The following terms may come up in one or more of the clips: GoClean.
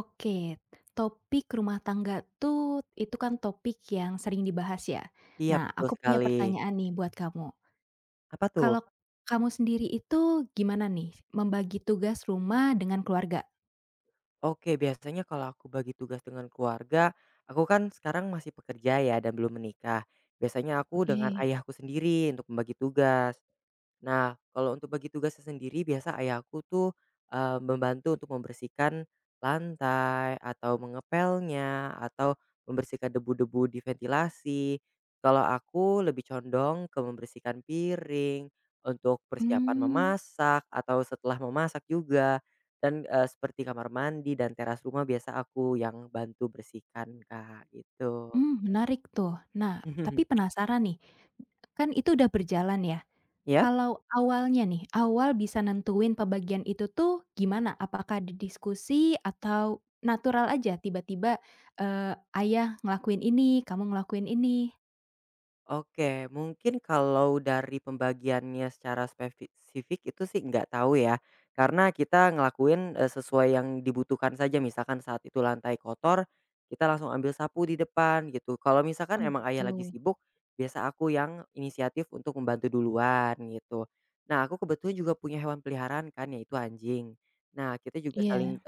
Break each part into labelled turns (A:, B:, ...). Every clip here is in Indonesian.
A: Oke, topik rumah tangga tuh, itu kan topik yang sering dibahas ya.
B: Iya
A: Nah,
B: betul
A: aku punya
B: sekali.
A: pertanyaan nih buat kamu.
B: Apa
A: Kalau
B: tuh?
A: kamu sendiri itu gimana nih membagi tugas rumah dengan keluarga?
B: Oke, biasanya kalau aku bagi tugas dengan keluarga, aku kan sekarang masih pekerja ya dan belum menikah. Biasanya aku dengan
A: Oke,
B: ayahku sendiri untuk membagi tugas. Nah, kalau untuk bagi tugasnya sendiri biasa ayahku tuh, membantu untuk membersihkan lantai atau mengepelnya atau membersihkan debu-debu di ventilasi. Kalau aku lebih condong ke membersihkan piring, untuk persiapan
A: mmm,
B: memasak atau setelah memasak juga. Dan, seperti kamar mandi dan teras rumah biasa aku yang bantu bersihkan, Kak, gitu.
A: menarik tuh. Nah, tapi penasaran nih, kan itu udah berjalan ya?
B: Ya?
A: Kalau awalnya nih, awal bisa nentuin pembagian itu tuh gimana? Apakah didiskusi atau natural aja tiba-tiba, ayah ngelakuin ini, kamu ngelakuin ini?
B: Oke, mungkin kalau dari pembagiannya secara spesifik itu sih nggak tahu ya. Karena kita ngelakuin, sesuai yang dibutuhkan saja. Misalkan saat itu lantai kotor, kita langsung ambil sapu di depan gitu. Kalau misalkan
A: Oh
B: emang
A: gitu,
B: ayah lagi sibuk, biasa aku yang inisiatif untuk membantu duluan gitu. Nah, aku kebetulan juga punya hewan peliharaan kan, yaitu anjing. Nah, kita juga saling,
A: iya.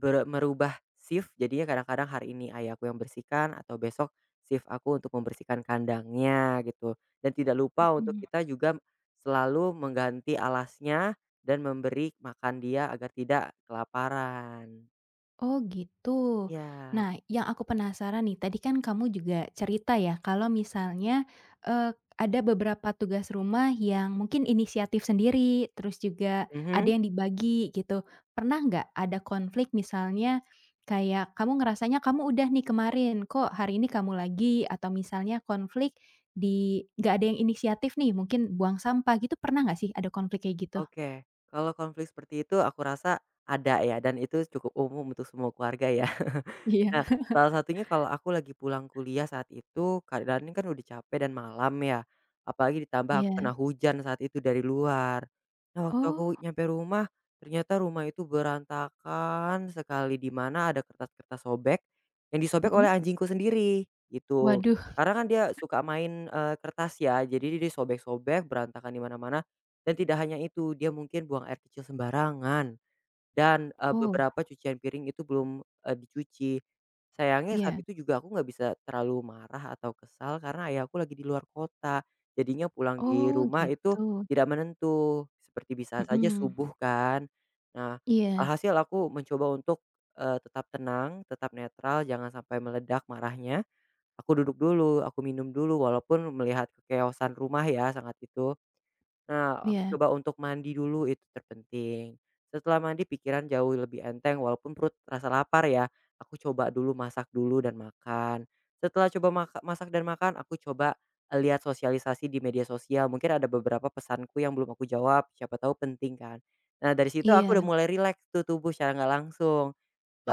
B: Merubah shift jadinya kadang-kadang hari ini ayahku yang bersihkan atau besok shift aku untuk membersihkan kandangnya gitu, dan tidak lupa untuk
A: Mhm.
B: kita juga selalu mengganti alasnya dan memberi makan dia agar tidak kelaparan.
A: Oh gitu.
B: Ya.
A: Nah, yang aku penasaran nih, tadi kan kamu juga cerita ya, kalau misalnya eee, ada beberapa tugas rumah yang mungkin inisiatif sendiri, terus juga ada
B: Mhm.
A: yang dibagi gitu. Pernah nggak ada konflik misalnya kayak kamu ngerasanya kamu udah nih kemarin, kok hari ini kamu lagi, atau misalnya konflik di nggak ada yang inisiatif nih, mungkin buang sampah gitu, pernah nggak sih ada konflik kayak gitu?
B: Oke. Kalau konflik seperti itu aku rasa ada ya dan itu cukup umum untuk semua keluarga ya.
A: Iya.
B: Nah, salah satunya kalau aku lagi pulang kuliah saat itu, keadaannya kan udah capek dan malam ya, apalagi ditambah aku kena
A: Iya.
B: hujan saat itu dari luar. Nah, waktu aku
A: Oh,
B: nyampe rumah, ternyata rumah itu berantakan sekali, di mana ada kertas-kertas sobek yang disobek
A: mhm.
B: oleh anjingku sendiri, gitu.
A: Waduh.
B: Karena kan dia suka main, kertas ya, jadi dia sobek-sobek, berantakan di mana-mana, dan tidak hanya itu, dia mungkin buang air kecil sembarangan. Dan,
A: Oh,
B: beberapa cucian piring itu belum, dicuci. Sayangnya saat
A: iya.
B: itu juga aku nggak bisa terlalu marah atau kesal karena ayahku lagi di luar kota, jadinya pulang di
A: Oh
B: rumah itu
A: gitu,
B: tidak menentu, seperti bisa saja
A: mhm,
B: subuh kan. Nah,
A: iya
B: alhasil aku mencoba untuk, tetap tenang, tetap netral, jangan sampai meledak marahnya. Aku duduk dulu, aku minum dulu, walaupun melihat kekeosan rumah ya sangat itu. Nah, aku
A: iya
B: coba untuk mandi dulu itu terpenting. Setelah mandi pikiran jauh lebih enteng walaupun perut rasa lapar ya, aku coba dulu masak dulu dan makan. Setelah coba maka masak dan makan, aku coba, lihat sosialisasi di media sosial, mungkin ada beberapa pesanku yang belum aku jawab, siapa tahu penting kan. Nah, dari situ
A: iya,
B: aku udah mulai rileks tuh tubuh secara nggak langsung.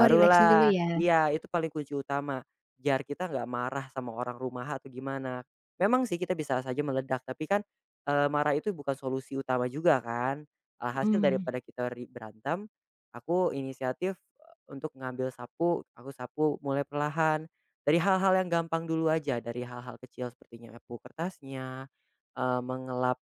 A: oh rileks dulu ya,
B: iya, itu paling kunci utama, biar kita nggak marah sama orang rumah atau gimana. Memang sih kita bisa saja meledak, tapi kan, marah itu bukan solusi utama juga kan. Alhasil
A: mhm,
B: daripada kita berantem, aku inisiatif, untuk ngambil sapu, aku sapu mulai perlahan, dari hal-hal yang gampang dulu aja, dari hal-hal kecil seperti nyapu kertasnya, mengelap,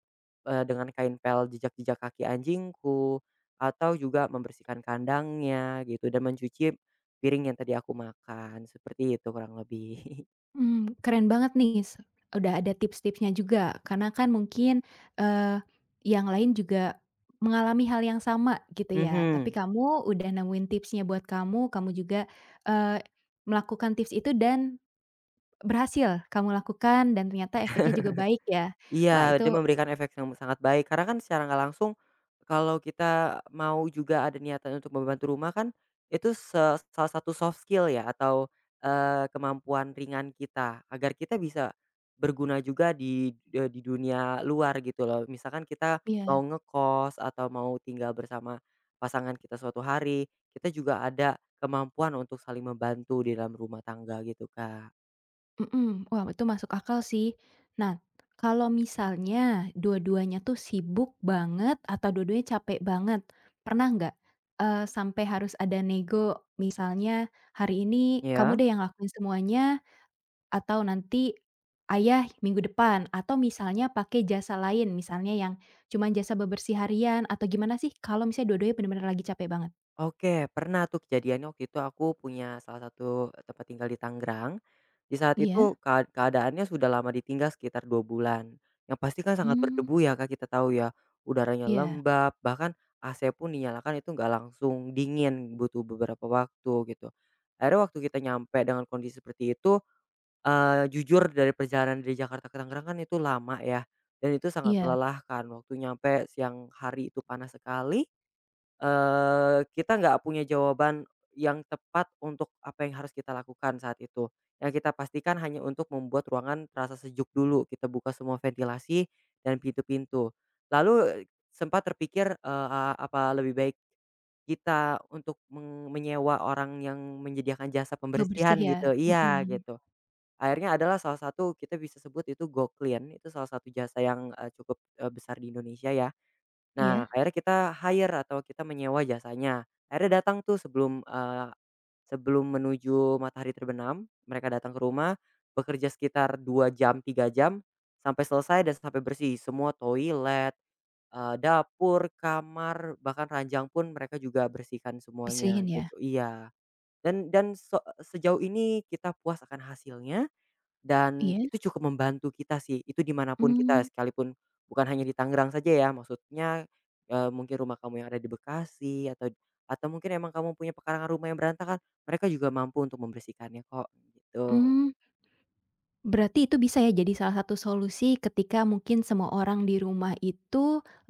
B: dengan kain pel jejak-jejak kaki anjingku. Atau juga membersihkan kandangnya gitu dan mencuci piring yang tadi aku makan, seperti itu kurang lebih.
A: keren banget nih udah ada tips-tipsnya juga karena kan mungkin, eee, yang lain juga mengalami hal yang sama gitu ya tapi
B: Mhm.
A: kamu udah nemuin tipsnya buat kamu, kamu juga, eee, melakukan tips itu dan berhasil kamu lakukan dan ternyata efeknya juga baik ya. Wah,
B: Iya, dia
A: itu
B: memberikan efek yang sangat baik karena kan secara nggak langsung kalau kita mau juga ada niatan untuk membantu rumah kan itu salah satu soft skill ya atau, kemampuan ringan kita agar kita bisa berguna juga di dunia luar gitu loh. Misalkan kita mau
A: iya.
B: ngekos atau mau tinggal bersama pasangan kita suatu hari, kita juga ada kemampuan untuk saling membantu di dalam rumah tangga gitu, Kak.
A: Mhm, wah itu masuk akal sih. Nah, kalau misalnya dua-duanya tuh sibuk banget atau dua-duanya capek banget, pernah nggak, sampai harus ada nego misalnya, "Hari ini kamu
B: Ya.
A: deh yang lakuin semuanya," atau nanti, "Ayah minggu depan," atau misalnya pakai jasa lain, misalnya yang cuman jasa bebersih harian atau gimana sih kalau misalnya dua-duanya benar-benar lagi capek banget?
B: Oke, pernah tuh kejadiannya waktu itu aku punya salah satu tempat tinggal di Tangerang. Di saat itu
A: Iya?
B: keadaannya sudah lama ditinggal sekitar 2 bulan. Yang pasti kan sangat
A: Hmm,
B: berdebu ya Kak, kita tahu ya. Udaranya
A: iya
B: lembab, bahkan AC pun dinyalakan itu nggak langsung dingin, butuh beberapa waktu gitu. Akhirnya waktu kita nyampe dengan kondisi seperti itu, jujur dari perjalanan dari Jakarta ke Tangerang kan itu lama ya, dan itu sangat
A: iya,
B: melelahkan. Waktu nyampe siang hari itu panas sekali. Kita nggak punya jawaban yang tepat untuk apa yang harus kita lakukan saat itu. Yang kita pastikan hanya untuk membuat ruangan terasa sejuk dulu, kita buka semua ventilasi dan pintu-pintu. Lalu sempat terpikir, apa lebih baik kita untuk menyewa orang yang menyediakan jasa
A: bebersih
B: pembersihan
A: ya?
B: gitu iya,
A: Mhm,
B: gitu. Akhirnya adalah salah satu kita bisa sebut itu GoClean, itu salah satu jasa yang, cukup, besar di Indonesia ya.
A: iya?
B: Nah, akhirnya kita hire atau kita menyewa jasanya. Akhirnya datang tuh sebelum, sebelum menuju matahari terbenam, mereka datang ke rumah, bekerja sekitar 2 jam, 3 jam, sampai selesai dan sampai bersih. Semua toilet, dapur, kamar, bahkan ranjang pun mereka juga bersihkan semuanya
A: Bersihin ya?
B: gitu iya. Dan sejauh ini kita puas akan hasilnya. Dan
A: Iya?
B: itu cukup membantu kita sih, itu dimanapun kita,
A: Mmm,
B: sekalipun bukan hanya di Tangerang saja ya, maksudnya, mungkin rumah kamu yang ada di Bekasi atau atau mungkin emang kamu punya pekarangan rumah yang berantakan, mereka juga mampu untuk membersihkannya kok, gitu.
A: mmm, berarti itu bisa ya jadi salah satu solusi ketika mungkin semua orang di rumah itu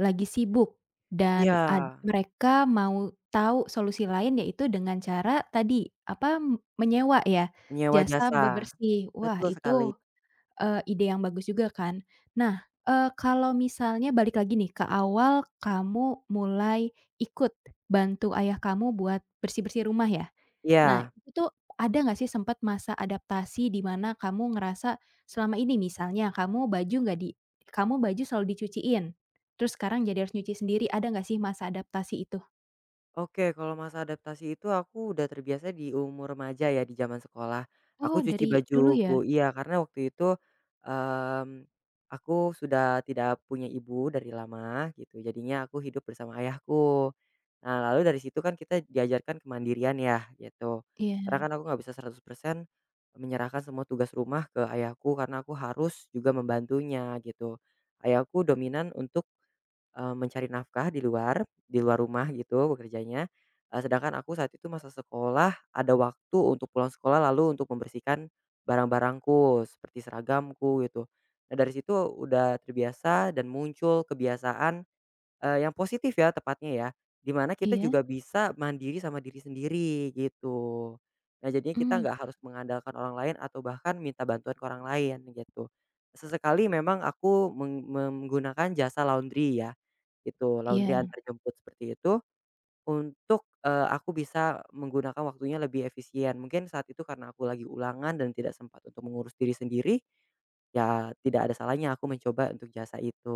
A: lagi sibuk dan
B: Iya,
A: mereka mau tahu solusi lain yaitu dengan cara tadi, apa, menyewa ya,
B: menyewa
A: jasa
B: jasa,
A: bebersih. Wah,
B: betul
A: itu
B: sekali.
A: Ide yang bagus juga kan. Nah, kalau misalnya balik lagi nih ke awal kamu mulai ikut bantu ayah kamu buat bersih-bersih rumah ya. Nah,
B: Iya.
A: itu ada nggak sih sempat masa adaptasi di mana kamu ngerasa selama ini misalnya kamu baju nggak di kamu baju selalu dicuciin, terus sekarang jadi harus nyuci sendiri, ada nggak sih masa adaptasi itu?
B: Oke, kalau masa adaptasi itu aku udah terbiasa di umur remaja ya, di zaman sekolah. Aku
A: Oh,
B: cuci
A: dari dulu ya?
B: bajuku iya, karena waktu itu, mmm, aku sudah tidak punya ibu dari lama gitu, jadinya aku hidup bersama ayahku. Nah, lalu dari situ kan kita diajarkan kemandirian ya, gitu. Karena
A: Iya
B: kan aku nggak bisa 100% menyerahkan semua tugas rumah ke ayahku, karena aku harus juga membantunya gitu. Ayahku dominan untuk mencari nafkah di luar rumah gitu bekerjanya, sedangkan aku saat itu masa sekolah ada waktu untuk pulang sekolah lalu untuk membersihkan barang-barangku seperti seragamku gitu. Nah dari situ udah terbiasa dan muncul kebiasaan yang positif ya tepatnya ya, dimana kita
A: iya,
B: juga bisa mandiri sama diri sendiri gitu. Nah jadinya kita
A: mmm,
B: nggak harus mengandalkan orang lain atau bahkan minta bantuan ke orang lain gitu. Sesekali memang aku menggunakan jasa laundry ya, gitu. Laundry
A: iya.
B: antar jemput seperti itu untuk, aku bisa menggunakan waktunya lebih efisien. Mungkin saat itu karena aku lagi ulangan dan tidak sempat untuk mengurus diri sendiri, ya tidak ada salahnya aku mencoba untuk jasa itu.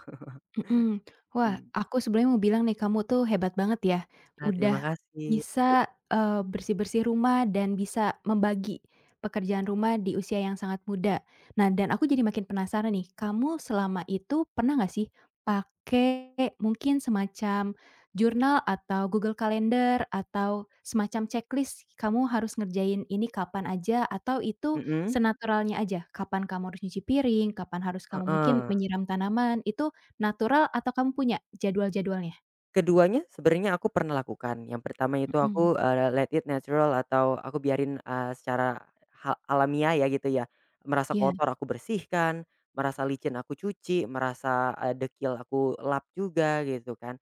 A: Mhm. Wah,
B: Mhm.
A: aku sebenarnya mau bilang nih, kamu tuh hebat banget ya,
B: Ah, terima
A: udah
B: kasih.
A: bisa, bersih-bersih rumah dan bisa membagi pekerjaan rumah di usia yang sangat muda. Nah, dan aku jadi makin penasaran nih, kamu selama itu pernah nggak sih pakai mungkin semacam jurnal atau Google Calendar atau semacam checklist, kamu harus ngerjain ini kapan aja atau itu
B: Mhm.
A: senaturalnya aja? Kapan kamu harus nyuci piring, kapan harus kamu mungkin
B: Heeh.
A: menyiram tanaman, itu natural atau kamu punya jadwal-jadwalnya?
B: Keduanya sebenarnya aku pernah lakukan. Yang pertama itu
A: Mhm,
B: aku, let it natural atau aku biarin, secara alamiah ya gitu ya. Merasa
A: iya,
B: kotor aku bersihkan, merasa licin aku cuci, merasa, dekil aku lap juga gitu kan.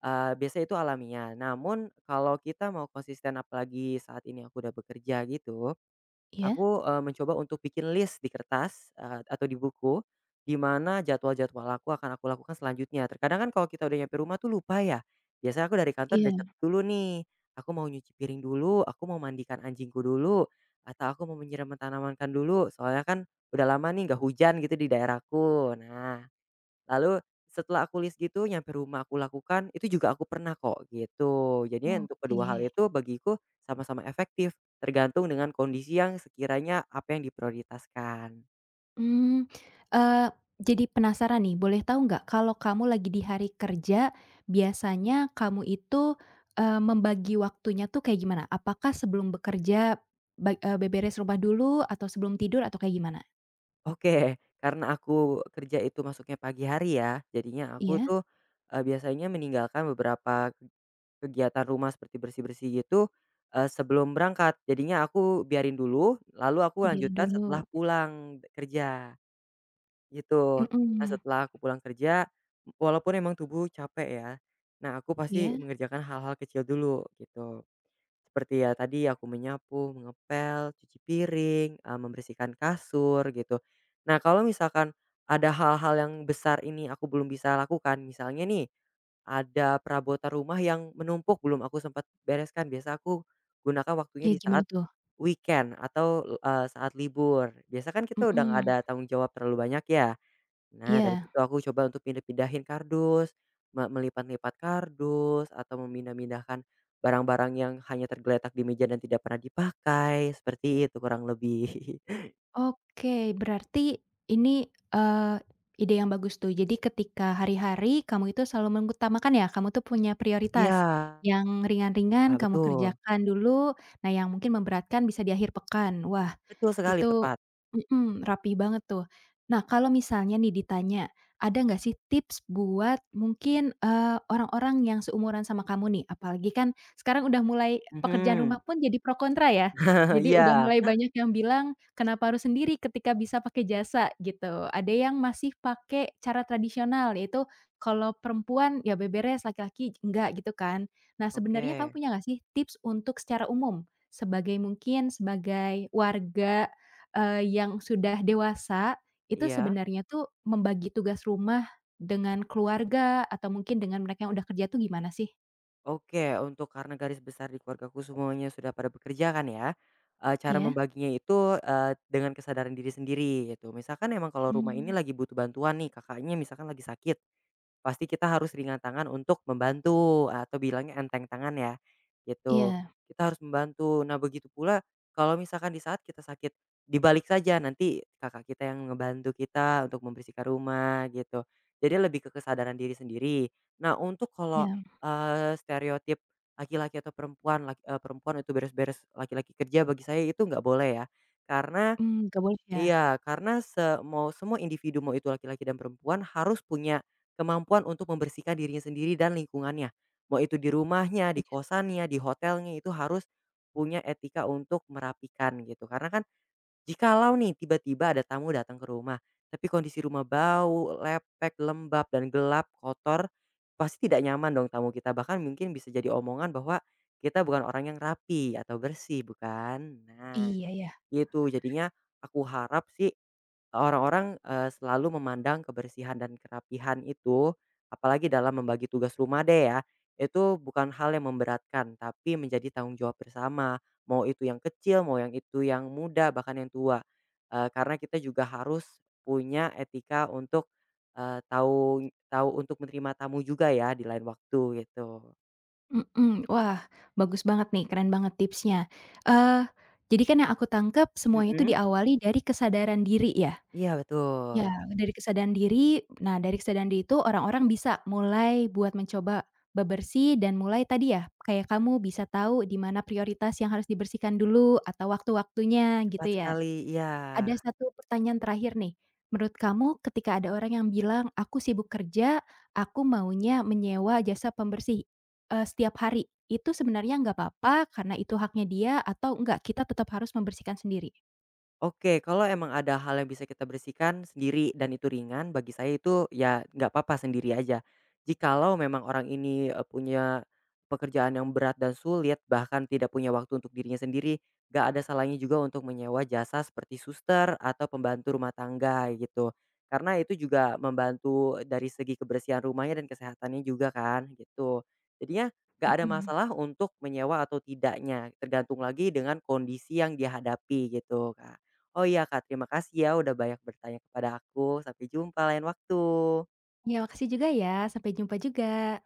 B: Biasanya itu alamiah. Namun kalau kita mau konsisten apalagi saat ini aku udah bekerja gitu.
A: iya?
B: Aku, mencoba untuk bikin list di kertas, atau di buku, di mana jadwal-jadwal aku akan aku lakukan selanjutnya. Terkadang kan kalau kita udah nyampe rumah tuh lupa ya, biasanya aku dari kantor
A: Iya,
B: udah catat dulu nih, aku mau nyuci piring dulu, aku mau mandikan anjingku dulu, atau aku mau menyiram tanamankan dulu, soalnya kan udah lama nih nggak hujan gitu di daerahku. Nah, lalu setelah aku list gitu nyampe rumah aku lakukan, itu juga aku pernah kok gitu. Jadi untuk
A: oke.
B: kedua hal itu bagiku sama-sama efektif, tergantung dengan kondisi yang sekiranya apa yang diprioritaskan.
A: Mmm, eee, jadi penasaran nih, boleh tahu nggak kalau kamu lagi di hari kerja, biasanya kamu itu, membagi waktunya tuh kayak gimana? Apakah sebelum bekerja beberes rumah dulu atau sebelum tidur atau kayak gimana?
B: Oke, karena aku kerja itu masuknya pagi hari ya, jadinya aku
A: Iya?
B: tuh, biasanya meninggalkan beberapa kegiatan rumah seperti bersih-bersih gitu, sebelum berangkat. Jadinya aku biarin dulu, lalu aku
A: Oh, biarin
B: lanjutkan setelah
A: dulu,
B: pulang kerja. Gitu. Nah,
A: mhm,
B: setelah aku pulang kerja, walaupun emang tubuh capek ya, nah aku pasti
A: iya?
B: mengerjakan hal-hal kecil dulu gitu. Seperti ya tadi aku menyapu, mengepel, cuci piring, membersihkan kasur gitu. Nah, kalau misalkan ada hal-hal yang besar ini aku belum bisa lakukan, misalnya nih, ada perabotan rumah yang menumpuk belum aku sempat bereskan, biasa aku gunakan waktunya
A: Iya
B: di saat
A: gimana tuh?
B: weekend atau, saat libur. Biasa kan kita udah nggak
A: Mhm.
B: ada tanggung jawab terlalu banyak ya. Nah, dari
A: Iya.
B: situ aku coba untuk pindah-pindahin kardus, melipat-lipat kardus, atau memindah-mindahkan barang-barang yang hanya tergeletak di meja dan tidak pernah dipakai, seperti itu kurang lebih.
A: Oke, berarti ini, eee, ide yang bagus tuh. Jadi ketika hari-hari kamu itu selalu mengutamakan ya, kamu tuh punya
B: Iya,
A: prioritas. Yang ringan-ringan
B: ah,
A: kamu
B: betul.
A: kerjakan dulu, nah yang mungkin memberatkan bisa di akhir pekan. Wah,
B: Betul sekali,
A: itu
B: tepat.
A: mhm, rapi banget tuh. Nah, kalau misalnya nih ditanya, ada nggak sih tips buat mungkin, orang-orang yang seumuran sama kamu nih? Apalagi kan sekarang udah mulai pekerjaan
B: Mhm,
A: rumah pun jadi pro kontra ya. Jadi udah
B: iya.
A: mulai banyak yang bilang, "Kenapa harus sendiri ketika bisa pakai jasa?" Gitu. Ada yang masih pakai cara tradisional, yaitu kalau perempuan ya beberes, laki-laki enggak gitu kan. Nah, sebenarnya kamu
B: Oke,
A: punya nggak sih tips untuk secara umum, sebagai mungkin sebagai warga yang sudah dewasa, itu
B: iya.
A: sebenarnya tuh membagi tugas rumah dengan keluarga atau mungkin dengan mereka yang udah kerja tuh gimana sih?
B: Oke, untuk karena garis besar di keluargaku semuanya sudah pada bekerja kan ya, cara
A: Iya?
B: membaginya itu, dengan kesadaran diri sendiri gitu. Misalkan emang kalau rumah ini
A: Mmm.
B: lagi butuh bantuan nih, kakaknya misalkan lagi sakit. Pasti kita harus ringan tangan untuk membantu atau bilangnya enteng tangan ya, gitu.
A: Iya
B: Kita harus membantu. Nah, begitu pula kalau misalkan di saat kita sakit, dibalik saja nanti kakak kita yang ngebantu kita untuk membersihkan rumah gitu. Jadi lebih ke kesadaran diri sendiri. Nah, untuk kalau,
A: iya.
B: stereotip laki-laki atau perempuan perempuan itu beres-beres, laki-laki kerja bagi saya itu nggak boleh ya. Karena
A: Nggak boleh ya?
B: Iya, karena mau semua individu, mau itu laki-laki dan perempuan harus punya kemampuan untuk membersihkan dirinya sendiri dan lingkungannya. Mau itu di rumahnya, di
A: Setuju.
B: kosannya, di hotelnya itu harus punya etika untuk merapikan gitu. Karena kan jikalau nih tiba-tiba ada tamu datang ke rumah, tapi kondisi rumah bau, lepek, lembab dan gelap, kotor, pasti tidak nyaman dong tamu kita. Bahkan mungkin bisa jadi omongan bahwa kita bukan orang yang rapi atau bersih, bukan? Nah,
A: Iya ya.
B: itu jadinya aku harap sih orang-orang, selalu memandang kebersihan dan kerapihan itu, apalagi dalam membagi tugas rumah deh ya, itu bukan hal yang memberatkan, tapi menjadi tanggung jawab bersama. Mau itu yang kecil, mau yang itu yang muda, bahkan yang tua. Karena kita juga harus punya etika untuk, tahu tahu untuk menerima tamu juga ya di lain waktu gitu.
A: Mhm. Wah, bagus banget nih, keren banget tipsnya. Eee, jadi kan yang aku tangkap semuanya itu
B: Mhm,
A: diawali dari kesadaran diri ya?
B: iya
A: Ya,
B: betul,
A: dari kesadaran diri, nah dari kesadaran diri itu orang-orang bisa mulai buat mencoba bebersih dan mulai tadi ya, kayak kamu bisa tahu di mana prioritas yang harus dibersihkan dulu atau waktu-waktunya
B: tepat
A: gitu ya.
B: sekali, iya.
A: Ada satu pertanyaan terakhir nih, menurut kamu ketika ada orang yang bilang, "Aku sibuk kerja, aku maunya menyewa jasa pembersih, setiap hari." Itu sebenarnya nggak apa-apa karena itu haknya dia atau enggak, kita tetap harus membersihkan sendiri?
B: Oke, kalau emang ada hal yang bisa kita bersihkan sendiri dan itu ringan, bagi saya itu ya nggak apa-apa sendiri aja. Jikalau memang orang ini punya pekerjaan yang berat dan sulit, bahkan tidak punya waktu untuk dirinya sendiri, nggak ada salahnya juga untuk menyewa jasa seperti suster atau pembantu rumah tangga gitu. Karena itu juga membantu dari segi kebersihan rumahnya dan kesehatannya juga kan gitu. Jadinya nggak ada
A: Mhm.
B: masalah untuk menyewa atau tidaknya, tergantung lagi dengan kondisi yang dihadapi gitu Kak. Oh iya Kak, terima kasih ya udah banyak bertanya kepada aku. Sampai jumpa lain waktu.
A: Ya makasih juga ya, sampai jumpa juga.